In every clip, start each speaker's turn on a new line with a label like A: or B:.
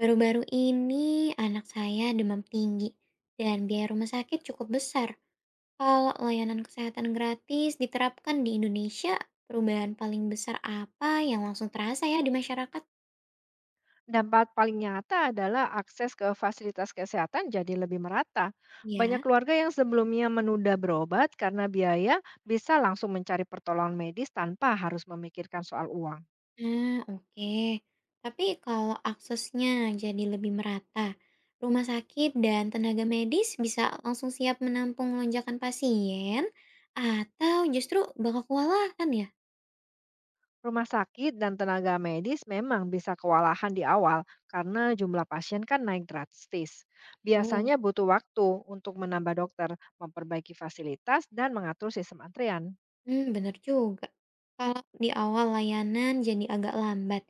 A: Baru-baru ini anak saya demam tinggi dan biaya rumah sakit cukup besar. Kalau layanan kesehatan gratis diterapkan di Indonesia, perubahan paling besar apa yang langsung terasa ya di masyarakat?
B: Dampak paling nyata adalah akses ke fasilitas kesehatan jadi lebih merata. Banyak
A: Ya,
B: keluarga yang sebelumnya menunda berobat karena biaya bisa langsung mencari pertolongan medis tanpa harus memikirkan soal uang.
A: oke. Tapi kalau aksesnya jadi lebih merata, rumah sakit dan tenaga medis bisa langsung siap menampung lonjakan pasien atau justru bakal kewalahan ya?
B: Rumah sakit dan tenaga medis memang bisa kewalahan di awal karena jumlah pasien kan naik drastis.
A: Tuh.
B: Biasanya butuh waktu untuk menambah dokter, memperbaiki fasilitas, dan mengatur sistem antrean.
A: Bener juga. Kalau di awal layanan jadi agak lambat,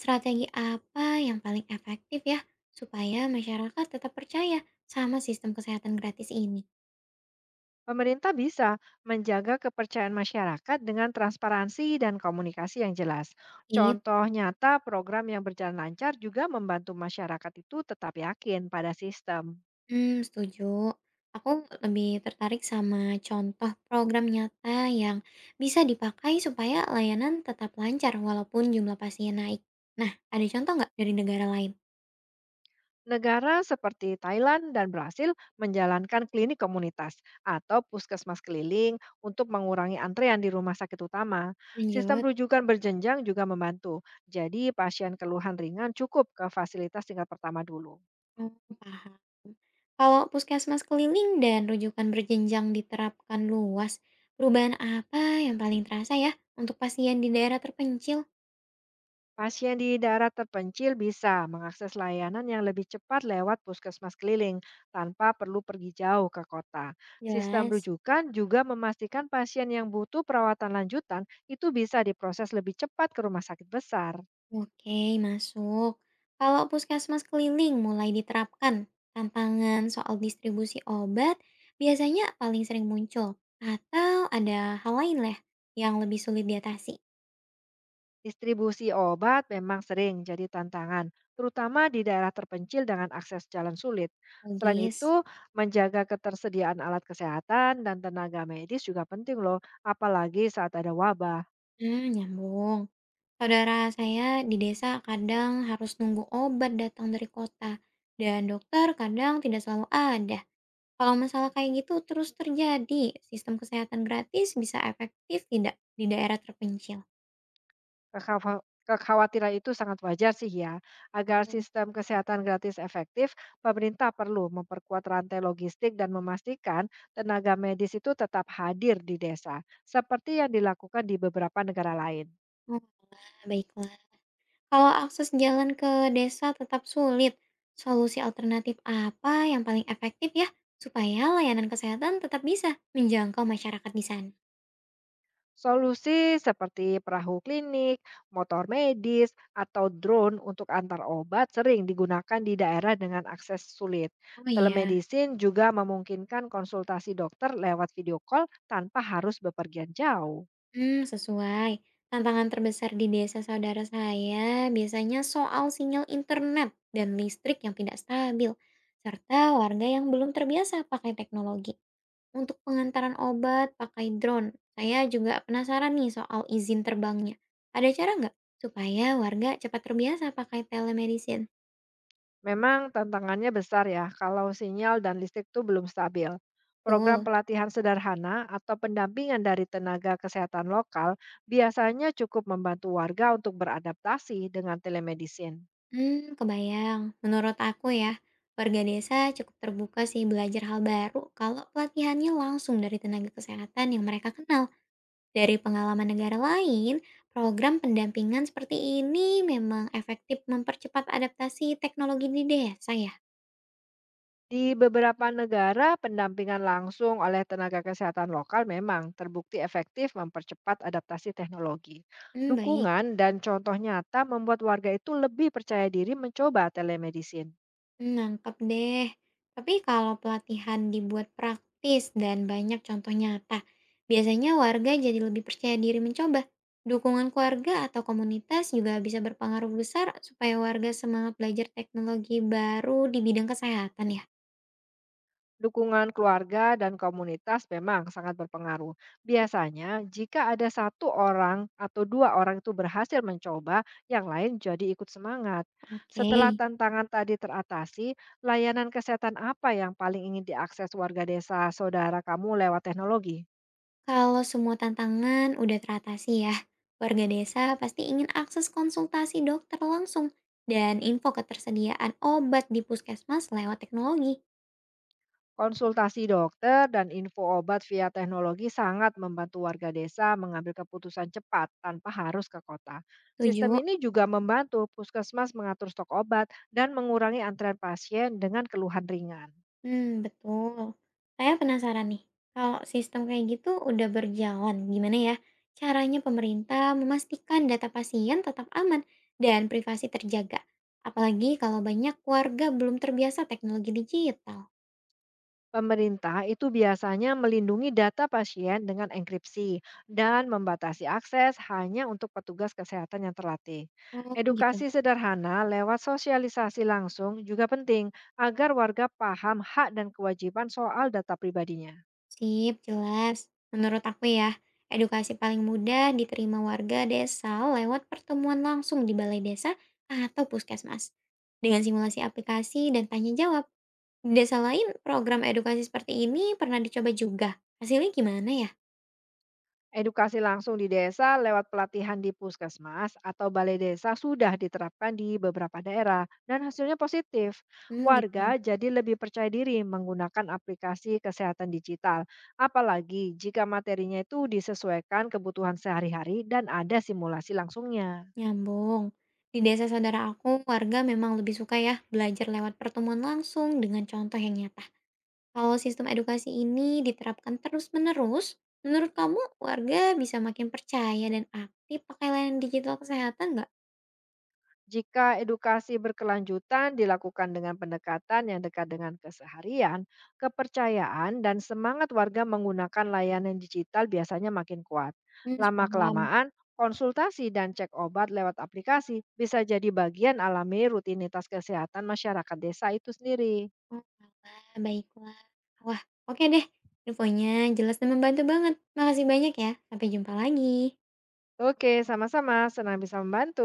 A: strategi apa yang paling efektif ya supaya masyarakat tetap percaya sama sistem kesehatan gratis ini?
B: Pemerintah bisa menjaga kepercayaan masyarakat dengan transparansi dan komunikasi yang jelas.
A: Tip.
B: Contoh nyata program yang berjalan lancar juga membantu masyarakat itu tetap yakin pada sistem.
A: Hmm, setuju. Aku lebih tertarik sama contoh program nyata yang bisa dipakai supaya layanan tetap lancar walaupun jumlah pasien naik. Nah, ada contoh nggak dari negara lain?
B: Negara seperti Thailand dan Brasil menjalankan klinik komunitas atau puskesmas keliling untuk mengurangi antrean di rumah sakit utama. Sistem
A: Lanjut.
B: rujukan berjenjang juga membantu. Jadi pasien keluhan ringan cukup ke fasilitas tingkat pertama dulu.
A: Oh, paham. Kalau puskesmas keliling dan rujukan berjenjang diterapkan luas, perubahan apa yang paling terasa ya untuk pasien di daerah terpencil?
B: Pasien di daerah terpencil bisa mengakses layanan yang lebih cepat lewat puskesmas keliling tanpa perlu pergi jauh ke kota. Sistem
A: Jelas.
B: rujukan juga memastikan pasien yang butuh perawatan lanjutan itu bisa diproses lebih cepat ke rumah sakit besar.
A: Oke, masuk. Kalau puskesmas keliling mulai diterapkan, tantangan soal distribusi obat biasanya paling sering muncul. Atau ada hal lain lah yang lebih sulit diatasi?
B: Distribusi obat memang sering jadi tantangan, terutama di daerah terpencil dengan akses jalan sulit. Selain
A: Logis.
B: itu, menjaga ketersediaan alat kesehatan dan tenaga medis juga penting loh, apalagi saat ada wabah.
A: Hmm, nyambung. Saudara saya di desa kadang harus nunggu obat datang dari kota, dan dokter kadang tidak selalu ada. Kalau masalah kayak gitu terus terjadi, sistem kesehatan gratis bisa efektif tidak di daerah terpencil?
B: Kekhawa kekhawatiran itu sangat wajar sih ya. Agar
A: Betul.
B: sistem kesehatan gratis efektif, pemerintah perlu memperkuat rantai logistik dan memastikan tenaga medis itu tetap hadir di desa, seperti yang dilakukan di beberapa negara lain.
A: Oh, baiklah. Kalau akses jalan ke desa tetap sulit, solusi alternatif apa yang paling efektif ya supaya layanan kesehatan tetap bisa menjangkau masyarakat di sana?
B: Solusi seperti perahu klinik, motor medis, atau drone untuk antar obat sering digunakan di daerah dengan akses sulit.
A: Oh iya.
B: Telemedicine juga memungkinkan konsultasi dokter lewat video call tanpa harus bepergian jauh.
A: Hmm, sesuai. Tantangan terbesar di desa saudara saya biasanya soal sinyal internet dan listrik yang tidak stabil, serta warga yang belum terbiasa pakai teknologi. Untuk pengantaran obat pakai drone, saya juga penasaran nih soal izin terbangnya. Ada cara nggak supaya warga cepat terbiasa pakai telemedicine?
B: Memang tantangannya besar ya kalau sinyal dan listrik tuh belum stabil. Program
A: Betul.
B: pelatihan sederhana atau pendampingan dari tenaga kesehatan lokal biasanya cukup membantu warga untuk beradaptasi dengan telemedicine.
A: Hmm, kebayang. Menurut aku ya, warga desa cukup terbuka sih belajar hal baru kalau pelatihannya langsung dari tenaga kesehatan yang mereka kenal. Dari pengalaman negara lain, program pendampingan seperti ini memang efektif mempercepat adaptasi teknologi di desa ya.
B: Di beberapa negara, pendampingan langsung oleh tenaga kesehatan lokal memang terbukti efektif mempercepat adaptasi teknologi.
A: Hmm, baik.
B: Dukungan dan contoh nyata membuat warga itu lebih percaya diri mencoba telemedicine.
A: Nangkep deh. Tapi kalau pelatihan dibuat praktis dan banyak contoh nyata, biasanya warga jadi lebih percaya diri mencoba. Dukungan keluarga atau komunitas juga bisa berpengaruh besar supaya warga semangat belajar teknologi baru di bidang kesehatan ya.
B: Dukungan keluarga dan komunitas memang sangat berpengaruh. Biasanya, jika ada satu orang atau dua orang itu berhasil mencoba, yang lain jadi ikut semangat.
A: Oke,
B: Setelah tantangan tadi teratasi, layanan kesehatan apa yang paling ingin diakses warga desa saudara kamu lewat teknologi?
A: kalau semua tantangan udah teratasi ya, warga desa pasti ingin akses konsultasi dokter langsung dan info ketersediaan obat di puskesmas lewat teknologi.
B: Konsultasi dokter dan info obat via teknologi sangat membantu warga desa mengambil keputusan cepat tanpa harus ke kota. Sistem
A: Tujuh.
B: ini juga membantu puskesmas mengatur stok obat dan mengurangi antrean pasien dengan keluhan ringan.
A: Hmm, betul. Saya penasaran nih, kalau sistem kayak gitu udah berjalan, gimana ya caranya pemerintah memastikan data pasien tetap aman dan privasi terjaga? Apalagi kalau banyak keluarga belum terbiasa teknologi digital.
B: Pemerintah itu biasanya melindungi data pasien dengan enkripsi dan membatasi akses hanya untuk petugas kesehatan yang terlatih.
A: Oh, gitu.
B: Edukasi sederhana lewat sosialisasi langsung juga penting agar warga paham hak dan kewajiban soal data pribadinya.
A: Sip, jelas. Menurut aku ya, edukasi paling mudah diterima warga desa lewat pertemuan langsung di balai desa atau puskesmas. Dengan simulasi aplikasi dan tanya jawab. Di desa lain, program edukasi seperti ini pernah dicoba juga. Hasilnya gimana ya?
B: Edukasi langsung di desa lewat pelatihan di puskesmas atau balai desa sudah diterapkan di beberapa daerah dan hasilnya positif.
A: Hmm,
B: Warga
A: gitu.
B: jadi lebih percaya diri menggunakan aplikasi kesehatan digital, apalagi jika materinya itu disesuaikan kebutuhan sehari-hari dan ada simulasi langsungnya.
A: Nyambung. Di desa saudara aku, warga memang lebih suka ya belajar lewat pertemuan langsung dengan contoh yang nyata. Kalau sistem edukasi ini diterapkan terus-menerus, menurut kamu warga bisa makin percaya dan aktif pakai layanan digital kesehatan nggak?
B: Jika edukasi berkelanjutan dilakukan dengan pendekatan yang dekat dengan keseharian, kepercayaan dan semangat warga menggunakan layanan digital biasanya makin kuat.
A: Hmm, paham.
B: Lama-kelamaan, konsultasi dan cek obat lewat aplikasi bisa jadi bagian alami rutinitas kesehatan masyarakat desa itu sendiri.
A: Oh, baiklah. Wah, oke deh. Infonya jelas dan membantu banget. Makasih banyak ya. Sampai jumpa lagi.
B: Oke, sama-sama. Senang bisa membantu.